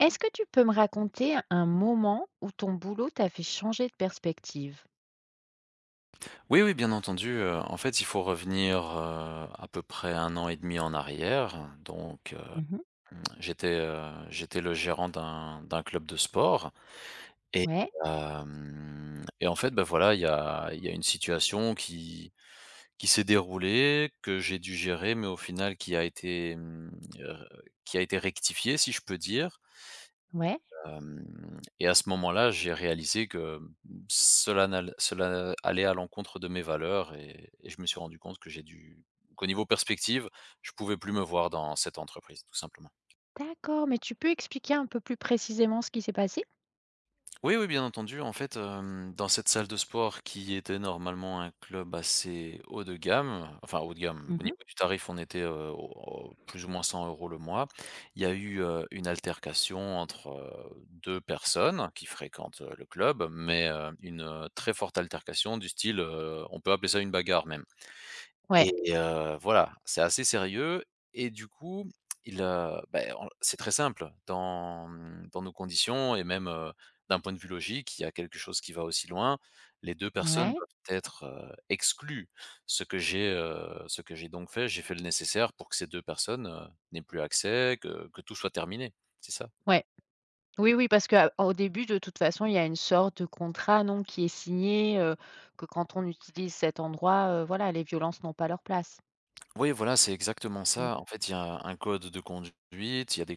Est-ce que tu peux me raconter un moment où ton boulot t'a fait changer de perspective? Oui, oui, bien entendu. En fait, il faut revenir, à peu près un an et demi en arrière. Mmh. j'étais, heu, J'étais le gérant d'un club de sport et Ouais, hem et en fait, ben voilà, il y a une situation qui s'est déroulée, que j'ai dû gérer, mais au final qui a été, heu, qui a été rectifiée, si je peux dire. ouais, Hem et à ce moment-là, j'ai réalisé que, mmh, cela allait à l'encontre de mes valeurs et je me suis rendu compte que j'ai dû qu'au niveau perspective, je pouvais plus me voir dans cette entreprise, tout simplement. d'accord, mais tu peux expliquer un peu plus précisément ce qui s'est passé? Oui, oui, bien entendu. Dans cette salle de sport qui était normalement un club assez haut de gamme, enfin haut de gamme, au niveau Mmh. du tarif, on était, au plus ou moins 100 euros le mois. Il y a eu, une altercation entre, 2 personnes qui fréquentent, le club, mais, très forte altercation du style, on peut appeler ça une bagarre même. Ouais, Et voilà, c'est assez sérieux et du coup, il, beh, on c'est très simple dans, dans nos conditions et même, d'un point de vue logique, il y a quelque chose qui va aussi loin. Les 2 personnes ouais, doivent être, exclues. Ce que j'ai donc fait, j'ai fait le nécessaire pour que ces 2 personnes, n'aient plus accès, que tout soit terminé, c'est ça. ouais. Oui, oui, parce qu'au début, de toute façon, il y a une sorte de contrat, non, qui est signé, que quand on utilise cet endroit, voilà, les violences n'ont pas leur place. Oui, voilà, c'est exactement Mmh, ça. En fait, il y a un code de conduite, il y a des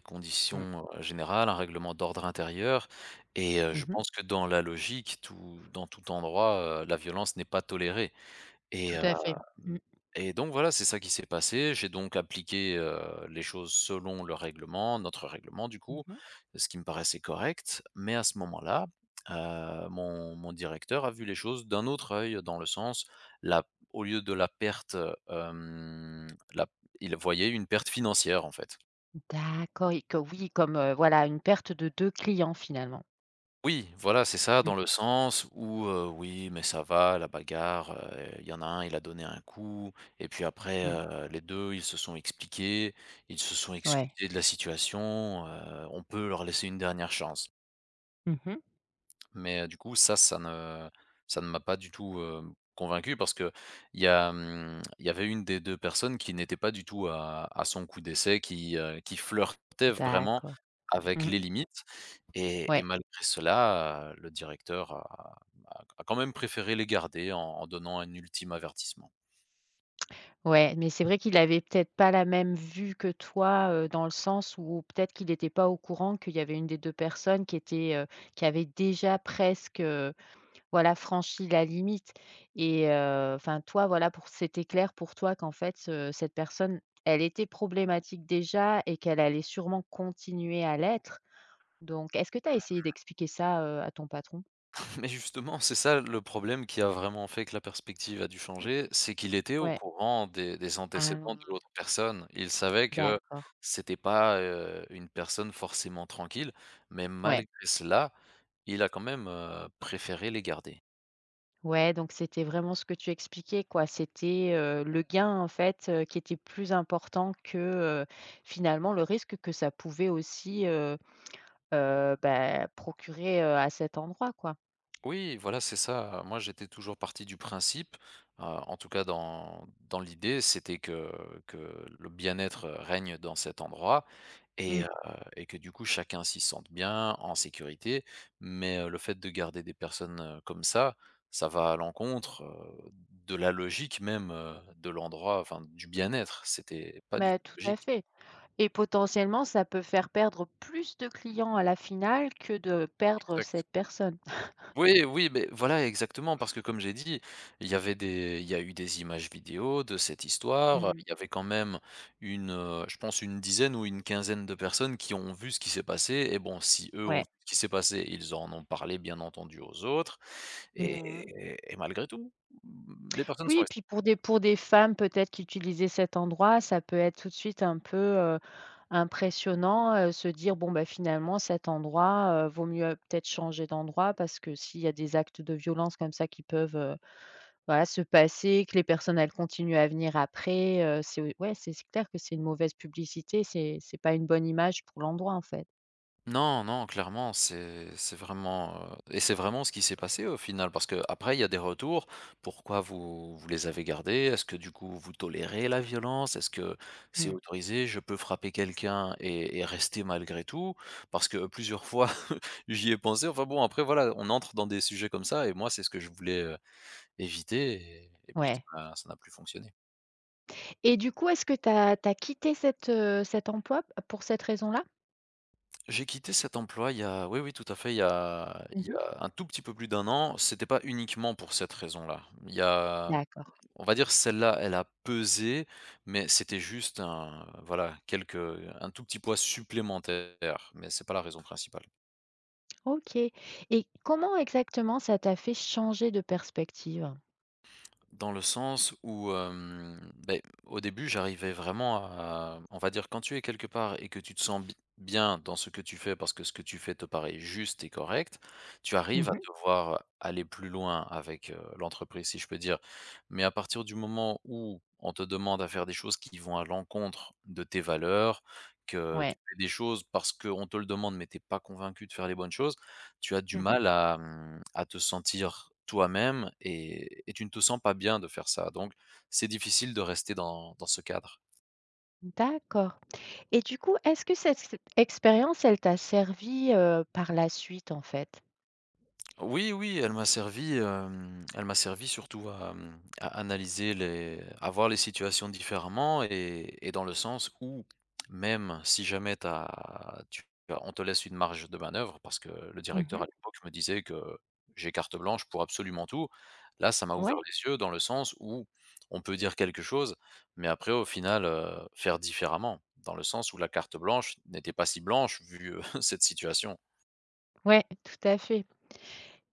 mmh. conditions générales, un règlement d'ordre intérieur, et je Mmh. pense que dans la logique, tout, dans tout endroit, la violence n'est pas tolérée. Et Tout à fait. Mmh. mmh et donc voilà, c'est ça qui s'est passé. J'ai donc appliqué, les choses selon le règlement, notre règlement du coup, Mmh. ce qui me paraissait correct. Mais à ce moment-là, mon directeur a vu les choses d'un autre œil, dans le sens, la au lieu de la perte, hem, la il voyait une perte financière en fait. D'accord et que oui, comme, voilà, une perte de 2 clients finalement. Oui, voilà, c'est ça, Mmh, dans le sens où, oui, mais ça va, la bagarre, il y en a un, il a donné un coup et puis après, mmh. Les 2, ils se sont expliqués, ils se sont Ouais. excusés de la situation, on peut leur laisser une dernière chance. Mais du coup, ça ne m'a pas du tout, convaincu parce que il y a, il y avait une des 2 personnes qui n'était pas du tout à son coup d'essai, qui flirtait vraiment D'accord. avec Mmh. les limites et Ouais, malgré cela, le directeur a quand même préféré les garder en donnant un ultime avertissement. ouais, mais c'est vrai qu'il avait peut-être pas la même vue que toi, dans le sens où peut-être qu'il n'était pas au courant qu'il y avait une des 2 personnes qui était, qui avait déjà presque, voilà, franchi la limite et enfin toi, voilà, pour c'était clair pour toi qu'en fait, cette personne, elle était problématique déjà et qu'elle allait sûrement continuer à l'être. Donc est-ce que tu as essayé d'expliquer ça, à ton patron? Mais justement, c'est ça le problème qui a vraiment fait que la perspective a dû changer, c'est qu'il était au Ouais. courant des antécédents de Ah l'autre personne. Il savait que d'accord. c'était pas, une personne forcément tranquille, mais Ouais. malgré cela, il a quand même, préféré les garder. Ouais, donc c'était vraiment ce que tu expliquais, quoi. C'était, le gain, en fait, qui était plus important que, finalement, le risque que ça pouvait aussi, bah, procurer, à cet endroit, quoi. Oui, voilà, c'est ça. Moi, j'étais toujours parti du principe, en tout cas dans dans l'idée, c'était que le bien-être règne dans cet endroit. Et Mmh. heu et que du coup chacun s'y sente bien, en sécurité. Mais le fait de garder des personnes, comme ça va à l'encontre, de la logique même, de l'endroit, enfin du bien-être. C'était pas du Mais tout tout à logique. fait et potentiellement, ça peut faire perdre plus de clients à la finale que de perdre Exact. cette personne. Oui, oui, mais voilà, exactement, parce que comme j'ai dit, il y a eu des images vidéo de cette histoire. Mmh. Il y avait quand même une, je pense une dizaine ou une quinzaine de personnes qui ont vu ce qui s'est passé et bon, si eux ont vu Ouais. ce qui s'est passé, ils en ont parlé bien entendu aux autres et Mmh. et malgré tout, les personnes sont Oui, puis pour des femmes peut-être qui utilisaient cet endroit, ça peut être tout de suite un peu, impressionnant, se dire: «Bon, bah, finalement cet endroit, vaut mieux peut-être changer d'endroit» parce que s'il y a des actes de violence comme ça qui peuvent, voilà, se passer, que les personnes elles continuent à venir après, c'est ouais, c'est clair que c'est une mauvaise publicité, c'est pas une bonne image pour l'endroit, en fait. non, non, clairement, c'est vraiment, et c'est vraiment ce qui s'est passé au final parce que après il y a des retours. Pourquoi vous vous les avez gardés? Est-ce que du coup vous tolérez la violence? Est-ce que c'est Mmh. autorisé? Je peux frapper quelqu'un et rester malgré tout? Parce que plusieurs fois j'y ai pensé. Enfin bon après voilà, on entre dans des sujets comme ça et moi c'est ce que je voulais, éviter et puis ça Ouais n'a ça n'a plus fonctionné. et du coup, est-ce que tu as quitté cet emploi pour cette raison-là? J'ai quitté cet emploi il y a oui, oui, tout à fait, il y Mmh. a un tout petit peu plus d'un an. C'était pas uniquement pour cette raison-là. Il y a D'accord. On va dire celle-là, elle a pesé, mais c'était juste un voilà, quelques un tout petit poids supplémentaire, mais c'est pas la raison principale. OK et comment exactement ça t'a fait changer de perspective? Dans le sens où, beh, au début, j'arrivais vraiment à on va dire, quand tu es quelque part et que tu te sens bi bien dans ce que tu fais, parce que ce que tu fais te paraît juste et correct, tu arrives à Mmh. devoir aller plus loin avec, l'entreprise, si je peux dire. Mais à partir du moment où on te demande à faire des choses qui vont à l'encontre de tes valeurs, que tu Ouais. fais des choses parce qu'on te le demande, mais t'es pas convaincu de faire les bonnes choses, tu as du Mmh. mal à, à te sentir toi-même et tu ne te sens pas bien de faire ça, donc c'est difficile de rester dans dans ce cadre. D'accord et du coup, est-ce que cette s expérience, elle t'a servi, par la suite, en fait? Oui, oui, elle m'a servi, elle m'a servi surtout à, à analyser les à voir les situations différemment et dans le sens où même si jamais tu tu on te laisse une marge de manœuvre parce que le directeur Mmh. à l'époque me disait que j'ai carte blanche pour absolument tout. Là, ça m'a ouvert Ouais. les yeux dans le sens où on peut dire quelque chose, mais après au final, faire différemment. Dans le sens où la carte blanche n'était pas si blanche vu, cette situation. Ouais, ouais, tout à fait.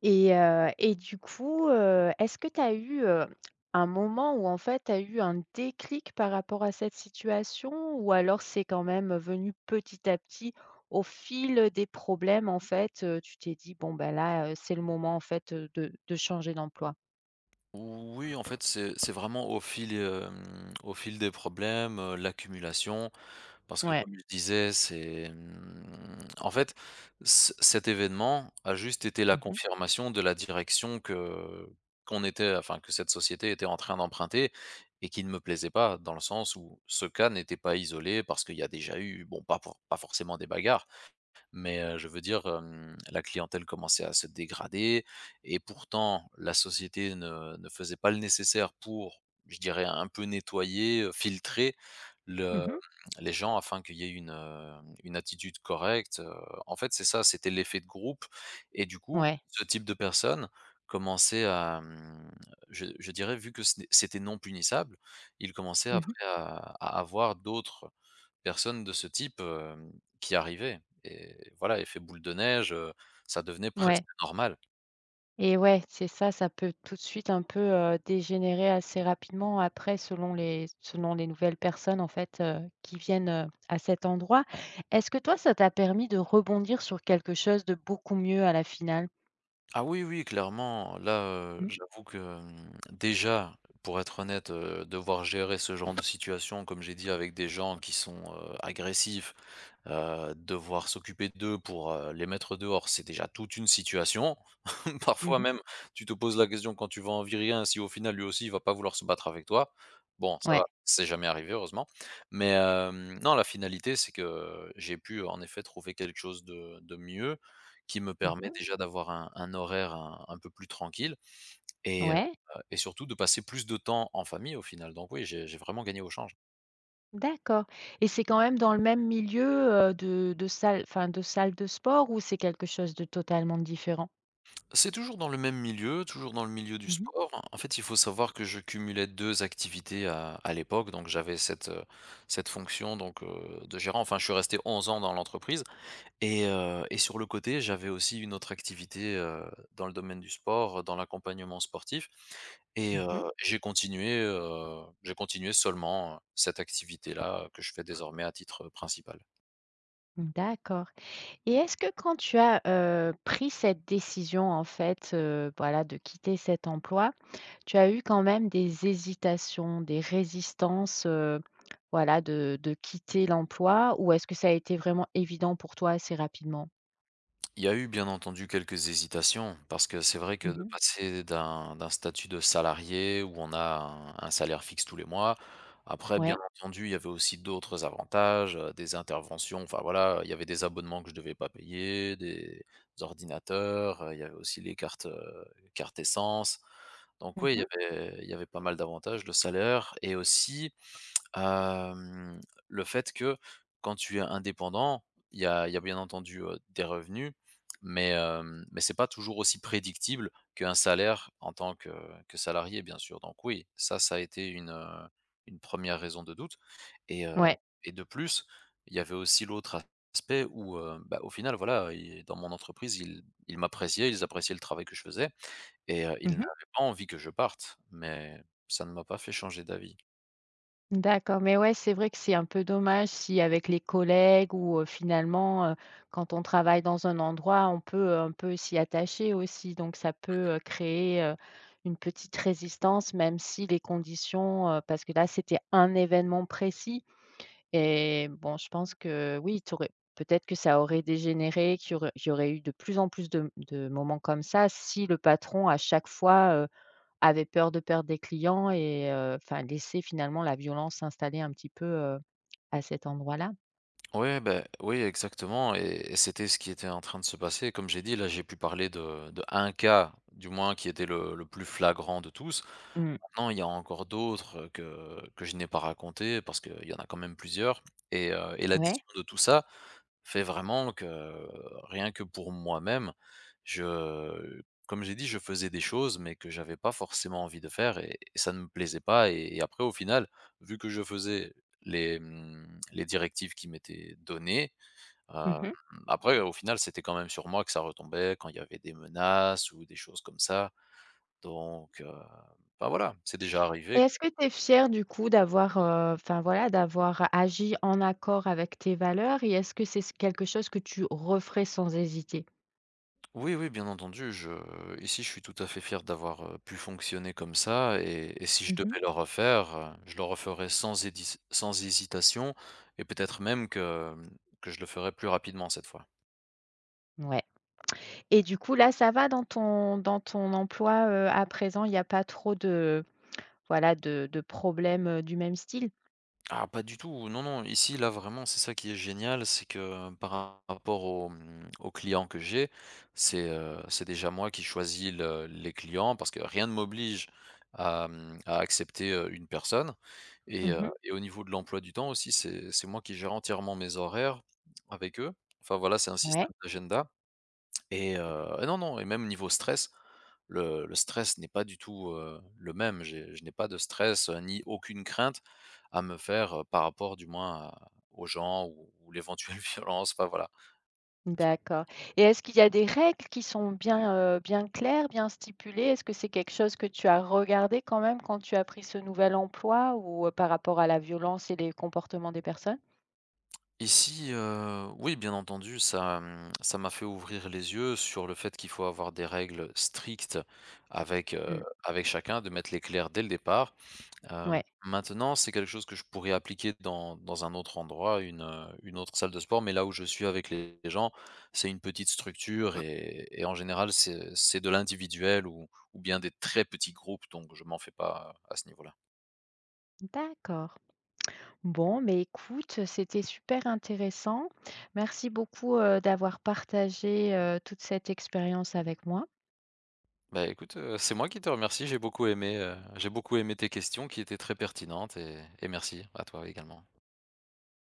Et du coup, est-ce que tu as eu, un moment où en fait tu as eu un déclic par rapport à cette situation? Ou alors c'est quand même venu petit à petit au fil des problèmes en fait, tu t'es dit: «Bon ben là, c'est le moment en fait, de changer d'emploi»? Oui, en fait, c'est vraiment au fil, au fil des problèmes, l'accumulation. Parce que Ouais. comme je disais, c'est, en fait, ce cet événement a juste été la Mmh mh. confirmation de la direction que qu'on était enfin, que cette société était en train d'emprunter et qui ne me plaisait pas. Dans le sens où ce cas n'était pas isolé parce qu'il y a déjà eu, bon, pas forcément des bagarres mais je veux dire, la clientèle commençait à se dégrader et pourtant la société ne faisait pas le nécessaire pour, je dirais, un peu nettoyer, filtrer le Mmh. les gens afin qu'il y ait une attitude correcte, en fait, c'est ça, c'était l'effet de groupe et du coup, Ouais. ce type de personnes commençait à, je dirais, vu que ce n'est c'était non punissable, il commençait Mmh. après à avoir d'autres personne de ce type, qui arrivait et voilà, effet boule de neige, ça devenait presque Ouais. normal. Et ouais, c'est ça, ça peut tout de suite un peu, dégénérer assez rapidement après selon les nouvelles personnes en fait, qui viennent, à cet endroit. Est-ce que toi, ça t'a permis de rebondir sur quelque chose de beaucoup mieux à la finale? Ah oui, oui, clairement, là, Mmh. j'avoue que, déjà, pour être honnête, devoir gérer ce genre de situation, comme j'ai dit, avec des gens qui sont, agressifs. Devoir s'occuper d'eux pour, les mettre dehors, c'est déjà toute une situation. Parfois Mmh. même, tu te poses la question quand tu vas en virer un, si au final lui aussi il va pas vouloir se battre avec toi. Bon, ça va, Ouais. c'est jamais arrivé heureusement. Mais, non, la finalité, c'est que j'ai pu en effet trouver quelque chose de mieux, qui me permet Mmh. déjà d'avoir un horaire un peu plus tranquille et heu Ouais, et surtout de passer plus de temps en famille au final. Donc oui, j'ai vraiment gagné au change. d'accord et c'est quand même dans le même milieu, de salle enfin de salle de sport ou c'est quelque chose de totalement différent? C'est toujours dans le même milieu, toujours dans le milieu du Mmh mh. sport. En fait, il faut savoir que je cumulais 2 activités à l'époque, donc j'avais cette, cette fonction donc, de gérant. Enfin, je suis resté 11 ans dans l'entreprise et sur le côté, j'avais aussi une autre activité, dans le domaine du sport, dans l'accompagnement sportif et Mmh. J'ai continué seulement, cette activité-là, que je fais désormais à titre principal. D'accord. Et est-ce que quand tu as, pris cette décision en fait, voilà de quitter cet emploi, tu as eu quand même des hésitations, des résistances, voilà de quitter l'emploi ou est-ce que ça a été vraiment évident pour toi assez rapidement? Il y a eu bien entendu quelques hésitations parce que c'est vrai que de Mmh. passer d'un statut de salarié où on a un salaire fixe tous les mois, après bien Ouais. entendu il y avait aussi d'autres avantages, des interventions, enfin voilà, il y avait des abonnements que je devais pas payer, des ordinateurs, il y avait aussi les cartes, cartes essence. Donc oui, Mmh. Il y avait pas mal d'avantages, le salaire et aussi Hem, le fait que quand tu es indépendant, il y a bien entendu, des revenus, mais mais c'est pas toujours aussi prédictible qu'un salaire en tant que salarié, bien sûr. Donc oui, ça a été une 1 raison de doute et Ouais. et de plus, il y avait aussi l'autre aspect où, bah, au final, voilà, i dans mon entreprise, ils m'appréciaient, ils appréciaient le travail que je faisais et ils n'avaient Mmh. pas envie que je parte, mais ça ne m'a pas fait changer d'avis. D'accord, mais ouais, c'est vrai que c'est un peu dommage si avec les collègues ou, finalement, quand on travaille dans un endroit, on peut un peu s'y attacher aussi. Donc ça peut, créer, une petite résistance même si les conditions, parce que là, c'était un événement précis et bon, je pense que oui, tu peut-être que ça aurait dégénéré, qu'il y aurait eu de plus en plus de moments comme ça si le patron à chaque fois, avait peur de perdre des clients et enfin laisser finalement la violence s'installer un petit peu, à cet endroit-là. Ouais, ben, oui, exactement. Et c'était ce qui était en train de se passer. Comme j'ai dit, là, j'ai pu parler de un cas, du moins, qui était le plus flagrant de tous. Mmh. Maintenant, il y a encore d'autres que je n'ai pas raconté parce qu'il y en a quand même plusieurs. Et l'addition Ouais. de tout ça fait vraiment que, rien que pour moi-même, je comme j'ai dit, je faisais des choses, mais que j'avais pas forcément envie de faire et ça ne me plaisait pas et après au final, vu que je faisais les, les directives qui m'étaient données, heu, Mmh. après au final, c'était quand même sur moi que ça retombait quand il y avait des menaces ou des choses comme ça, donc bah, voilà, c'est déjà Et arrivé. est-ce que tu es fière du coup d'avoir, enfin voilà, d'avoir agi en accord avec tes valeurs et est-ce que c'est c quelque chose que tu referais sans hésiter? Oui, oui, bien entendu, je ici, je suis tout à fait fier d'avoir, pu fonctionner comme ça, et si je Mmh. devais le refaire, je le referais sans hésitation, et peut-être même que, que je le ferais plus rapidement cette fois. Ouais. Et du coup là, ça va dans ton emploi, à présent, il y a pas trop de voilà de problèmes, du même style? Ah, pas du tout. Non, non, ici, là, vraiment, c'est ça qui est génial, c'est que par rapport aux, aux clients que j'ai, c'est déjà moi qui choisis le les clients parce que rien ne m'oblige à, à accepter, une personne, et Mmh. et au niveau de l'emploi du temps aussi, c'est moi qui gère entièrement mes horaires avec eux. Enfin, voilà, c'est un Ouais. système d'agenda. Et non, non, et même niveau stress, le stress n'est pas du tout, le même. J'ai je n'ai pas de stress, ni aucune crainte à me faire, par rapport du moins à aux gens ou l'éventuelle violence, enfin voilà. D'accord et est-ce qu'il y a des règles qui sont bien, bien claires, bien stipulées? Est-ce que c'est quelque chose que tu as regardé quand même quand tu as pris ce nouvel emploi ou par rapport à la violence et les comportements des personnes? Ici, oui, bien entendu, ça, ça m'a fait ouvrir les yeux sur le fait qu'il faut avoir des règles strictes avec, Mmh, avec chacun, de mettre les clairs dès le départ. Heu, ouais. Maintenant, c'est quelque chose que je pourrais appliquer dans un autre endroit, une autre salle de sport, mais là où je suis avec les gens, c'est une petite structure et en général, c'est de l'individuel ou bien des très petits groupes, donc je m'en fais pas à ce niveau-là. D'accord. Bon, mais écoute, c'était super intéressant. Merci beaucoup, d'avoir partagé, toute cette expérience avec moi. Bah, écoute, c'est moi qui te remercie, j'ai beaucoup aimé tes questions qui étaient très pertinentes et merci à toi également.